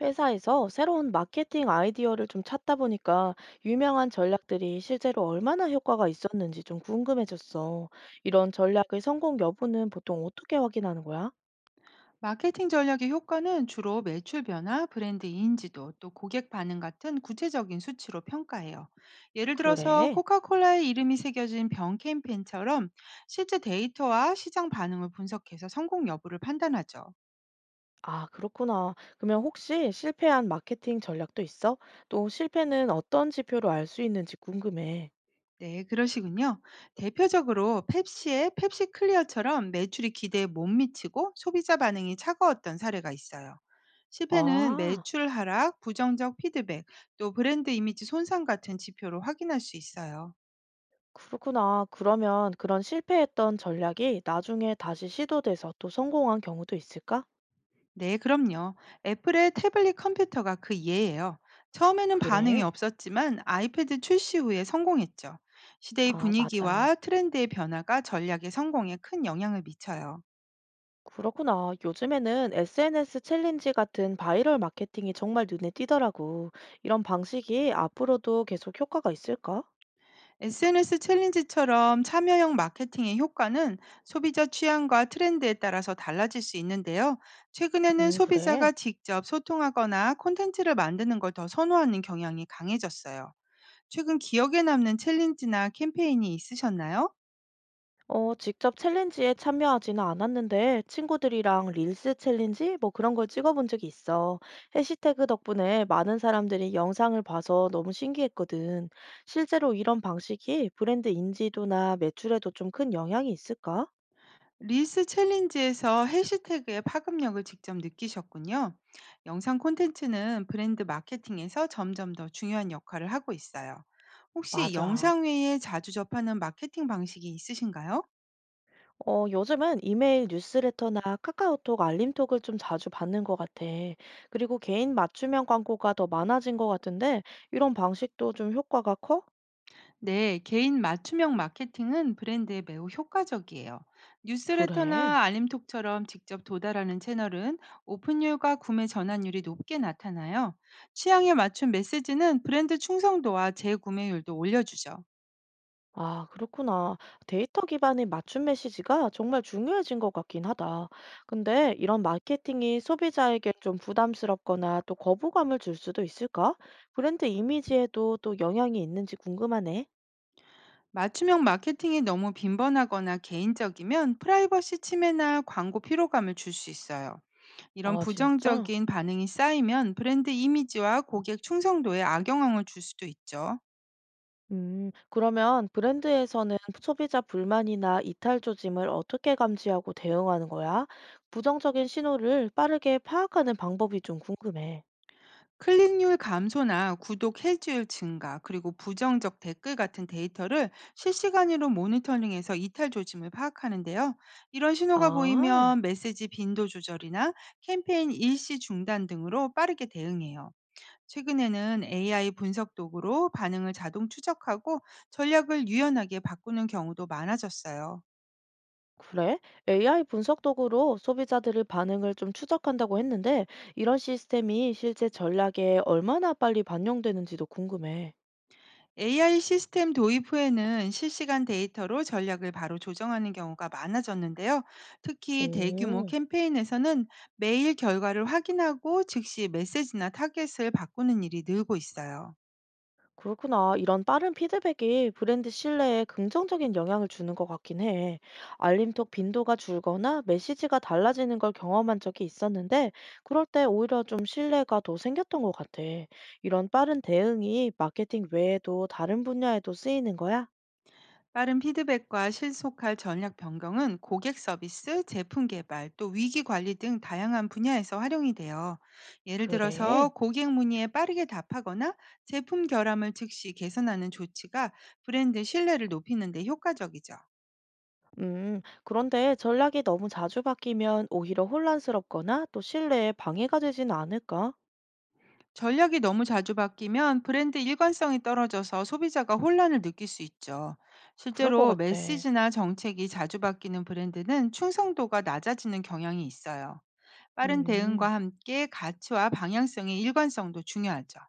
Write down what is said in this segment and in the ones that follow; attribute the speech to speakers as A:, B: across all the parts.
A: 회사에서 새로운 마케팅 아이디어를 좀 찾다 보니까 유명한 전략들이 실제로 얼마나 효과가 있었는지 좀 궁금해졌어. 이런 전략의 성공 여부는 보통 어떻게 확인하는 거야?
B: 마케팅 전략의 효과는 주로 매출 변화, 브랜드 인지도, 또 고객 반응 같은 구체적인 수치로 평가해요. 예를 들어서
A: 그래?
B: 코카콜라의 이름이 새겨진 병 캠페인처럼 실제 데이터와 시장 반응을 분석해서 성공 여부를 판단하죠.
A: 아, 그렇구나. 그러면 혹시 실패한 마케팅 전략도 있어? 또 실패는 어떤 지표로 알 수 있는지 궁금해.
B: 네, 그러시군요. 대표적으로 펩시의 펩시 클리어처럼 매출이 기대에 못 미치고 소비자 반응이 차가웠던 사례가 있어요. 실패는
A: 아,
B: 매출 하락, 부정적 피드백, 또 브랜드 이미지 손상 같은 지표로 확인할 수 있어요.
A: 그렇구나. 그러면 그런 실패했던 전략이 나중에 다시 시도돼서 또 성공한 경우도 있을까?
B: 네, 그럼요. 애플의 태블릿 컴퓨터가 그 예예요. 처음에는 반응이
A: 그래.
B: 없었지만 아이패드 출시 후에 성공했죠. 시대의
A: 아,
B: 분위기와
A: 맞아.
B: 트렌드의 변화가 전략의 성공에 큰 영향을 미쳐요.
A: 그렇구나. 요즘에는 SNS 챌린지 같은 바이럴 마케팅이 정말 눈에 띄더라고. 이런 방식이 앞으로도 계속 효과가 있을까?
B: SNS 챌린지처럼 참여형 마케팅의 효과는 소비자 취향과 트렌드에 따라서 달라질 수 있는데요. 최근에는
A: 그래.
B: 소비자가 직접 소통하거나 콘텐츠를 만드는 걸 더 선호하는 경향이 강해졌어요. 최근 기억에 남는 챌린지나 캠페인이 있으셨나요?
A: 어, 직접 챌린지에 참여하지는 않았는데 친구들이랑 릴스 챌린지 뭐 그런 걸 찍어본 적이 있어. 해시태그 덕분에 많은 사람들이 영상을 봐서 너무 신기했거든. 실제로 이런 방식이 브랜드 인지도나 매출에도 좀 큰 영향이 있을까?
B: 리스 챌린지에서 해시태그의 파급력을 직접 느끼셨군요. 영상 콘텐츠는 브랜드 마케팅에서 점점 더 중요한 역할을 하고 있어요. 혹시
A: 맞아.
B: 영상 외에 자주 접하는 마케팅 방식이 있으신가요?
A: 어, 요즘은 이메일 뉴스레터나 카카오톡 알림톡을 좀 자주 받는 것 같아. 그리고 개인 맞춤형 광고가 더 많아진 것 같은데, 이런 방식도 좀 효과가 커?
B: 네, 개인 맞춤형 마케팅은 브랜드에 매우 효과적이에요.
A: 그래.
B: 뉴스레터나 알림톡처럼 직접 도달하는 채널은 오픈율과 구매 전환율이 높게 나타나요. 취향에 맞춘 메시지는 브랜드 충성도와 재구매율도 올려주죠.
A: 아, 그렇구나. 데이터 기반의 맞춤 메시지가 정말 중요해진 것 같긴 하다. 근데 이런 마케팅이 소비자에게 좀 부담스럽거나 또 거부감을 줄 수도 있을까? 브랜드 이미지에도 또 영향이 있는지 궁금하네.
B: 맞춤형 마케팅이 너무 빈번하거나 개인적이면 프라이버시 침해나 광고 피로감을 줄 수 있어요. 이런
A: 아, 진짜?
B: 부정적인 반응이 쌓이면 브랜드 이미지와 고객 충성도에 악영향을 줄 수도 있죠.
A: 그러면 브랜드에서는 소비자 불만이나 이탈 조짐을 어떻게 감지하고 대응하는 거야? 부정적인 신호를 빠르게 파악하는 방법이 좀 궁금해.
B: 클릭률 감소나 구독 해지율 증가, 그리고 부정적 댓글 같은 데이터를 실시간으로 모니터링해서 이탈 조짐을 파악하는데요. 이런 신호가
A: 아,
B: 보이면 메시지 빈도 조절이나 캠페인 일시 중단 등으로 빠르게 대응해요. 최근에는 AI 분석 도구로 반응을 자동 추적하고 전략을 유연하게 바꾸는 경우도 많아졌어요.
A: 그래? AI 분석 도구로 소비자들의 반응을 좀 추적한다고 했는데, 이런 시스템이 실제 전략에 얼마나 빨리 반영되는지도 궁금해.
B: AI 시스템 도입 후에는 실시간 데이터로 전략을 바로 조정하는 경우가 많아졌는데요. 특히 대규모
A: 오.
B: 캠페인에서는 매일 결과를 확인하고 즉시 메시지나 타겟을 바꾸는 일이 늘고 있어요.
A: 그렇구나. 이런 빠른 피드백이 브랜드 신뢰에 긍정적인 영향을 주는 것 같긴 해. 알림톡 빈도가 줄거나 메시지가 달라지는 걸 경험한 적이 있었는데, 그럴 때 오히려 좀 신뢰가 더 생겼던 것 같아. 이런 빠른 대응이 마케팅 외에도 다른 분야에도 쓰이는 거야?
B: 빠른 피드백과 실속할 전략 변경은 고객 서비스, 제품 개발, 또 위기 관리 등 다양한 분야에서 활용이 돼요. 예를 들어서
A: 그래.
B: 고객 문의에 빠르게 답하거나 제품 결함을 즉시 개선하는 조치가 브랜드 신뢰를 높이는 데 효과적이죠.
A: 그런데 전략이 너무 자주 바뀌면 오히려 혼란스럽거나 또 신뢰에 방해가 되진 않을까?
B: 전략이 너무 자주 바뀌면 브랜드 일관성이 떨어져서 소비자가 혼란을 느낄 수 있죠.
A: 그럴 것
B: 실제로
A: 같아.
B: 메시지나 정책이 자주 바뀌는 브랜드는 충성도가 낮아지는 경향이 있어요. 빠른
A: 음.
B: 대응과 함께 가치와 방향성의 일관성도 중요하죠.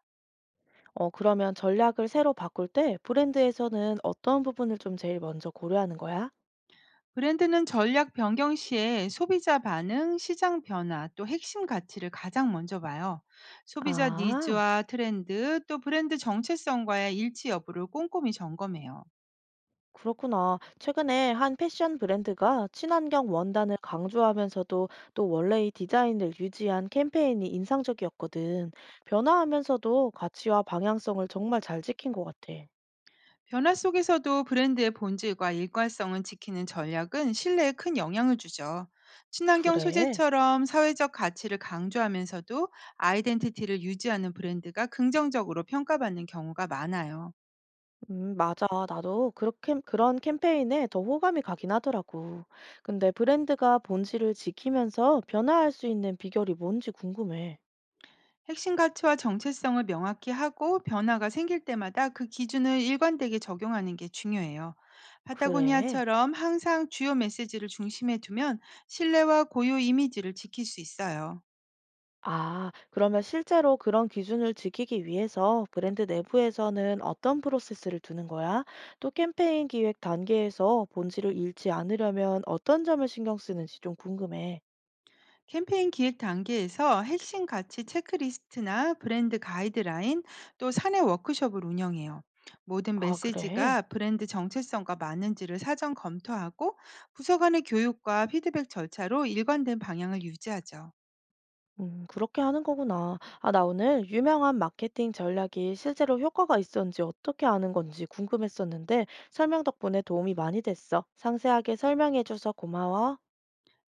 A: 어, 그러면 전략을 새로 바꿀 때 브랜드에서는 어떤 부분을 좀 제일 먼저 고려하는 거야?
B: 브랜드는 전략 변경 시에 소비자 반응, 시장 변화, 또 핵심 가치를 가장 먼저 봐요. 소비자
A: 아,
B: 니즈와 트렌드, 또 브랜드 정체성과의 일치 여부를 꼼꼼히 점검해요.
A: 그렇구나. 최근에 한 패션 브랜드가 친환경 원단을 강조하면서도 또 원래의 디자인을 유지한 캠페인이 인상적이었거든. 변화하면서도 가치와 방향성을 정말 잘 지킨 것 같아.
B: 변화 속에서도 브랜드의 본질과 일관성을 지키는 전략은 신뢰에 큰 영향을 주죠. 친환경
A: 그래.
B: 소재처럼 사회적 가치를 강조하면서도 아이덴티티를 유지하는 브랜드가 긍정적으로 평가받는 경우가 많아요.
A: 맞아. 나도 그렇게, 그런 캠페인에 더 호감이 가긴 하더라고. 근데 브랜드가 본질을 지키면서 변화할 수 있는 비결이 뭔지 궁금해.
B: 핵심 가치와 정체성을 명확히 하고 변화가 생길 때마다 그 기준을 일관되게 적용하는 게 중요해요.
A: 그래.
B: 파타고니아처럼 항상 주요 메시지를 중심에 두면 신뢰와 고유 이미지를 지킬 수 있어요.
A: 아, 그러면 실제로 그런 기준을 지키기 위해서 브랜드 내부에서는 어떤 프로세스를 두는 거야? 또 캠페인 기획 단계에서 본질을 잃지 않으려면 어떤 점을 신경 쓰는지 좀 궁금해.
B: 캠페인 기획 단계에서 핵심 가치 체크리스트나 브랜드 가이드라인, 또 사내 워크숍을 운영해요. 모든
A: 아, 그래.
B: 메시지가 브랜드 정체성과 맞는지를 사전 검토하고 부서 간의 교육과 피드백 절차로 일관된 방향을 유지하죠.
A: 그렇게 하는 거구나. 아, 나 오늘 유명한 마케팅 전략이 실제로 효과가 있었는지 어떻게 아는 건지 궁금했었는데 설명 덕분에 도움이 많이 됐어. 상세하게 설명해줘서 고마워.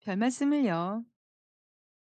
B: 별 말씀을요.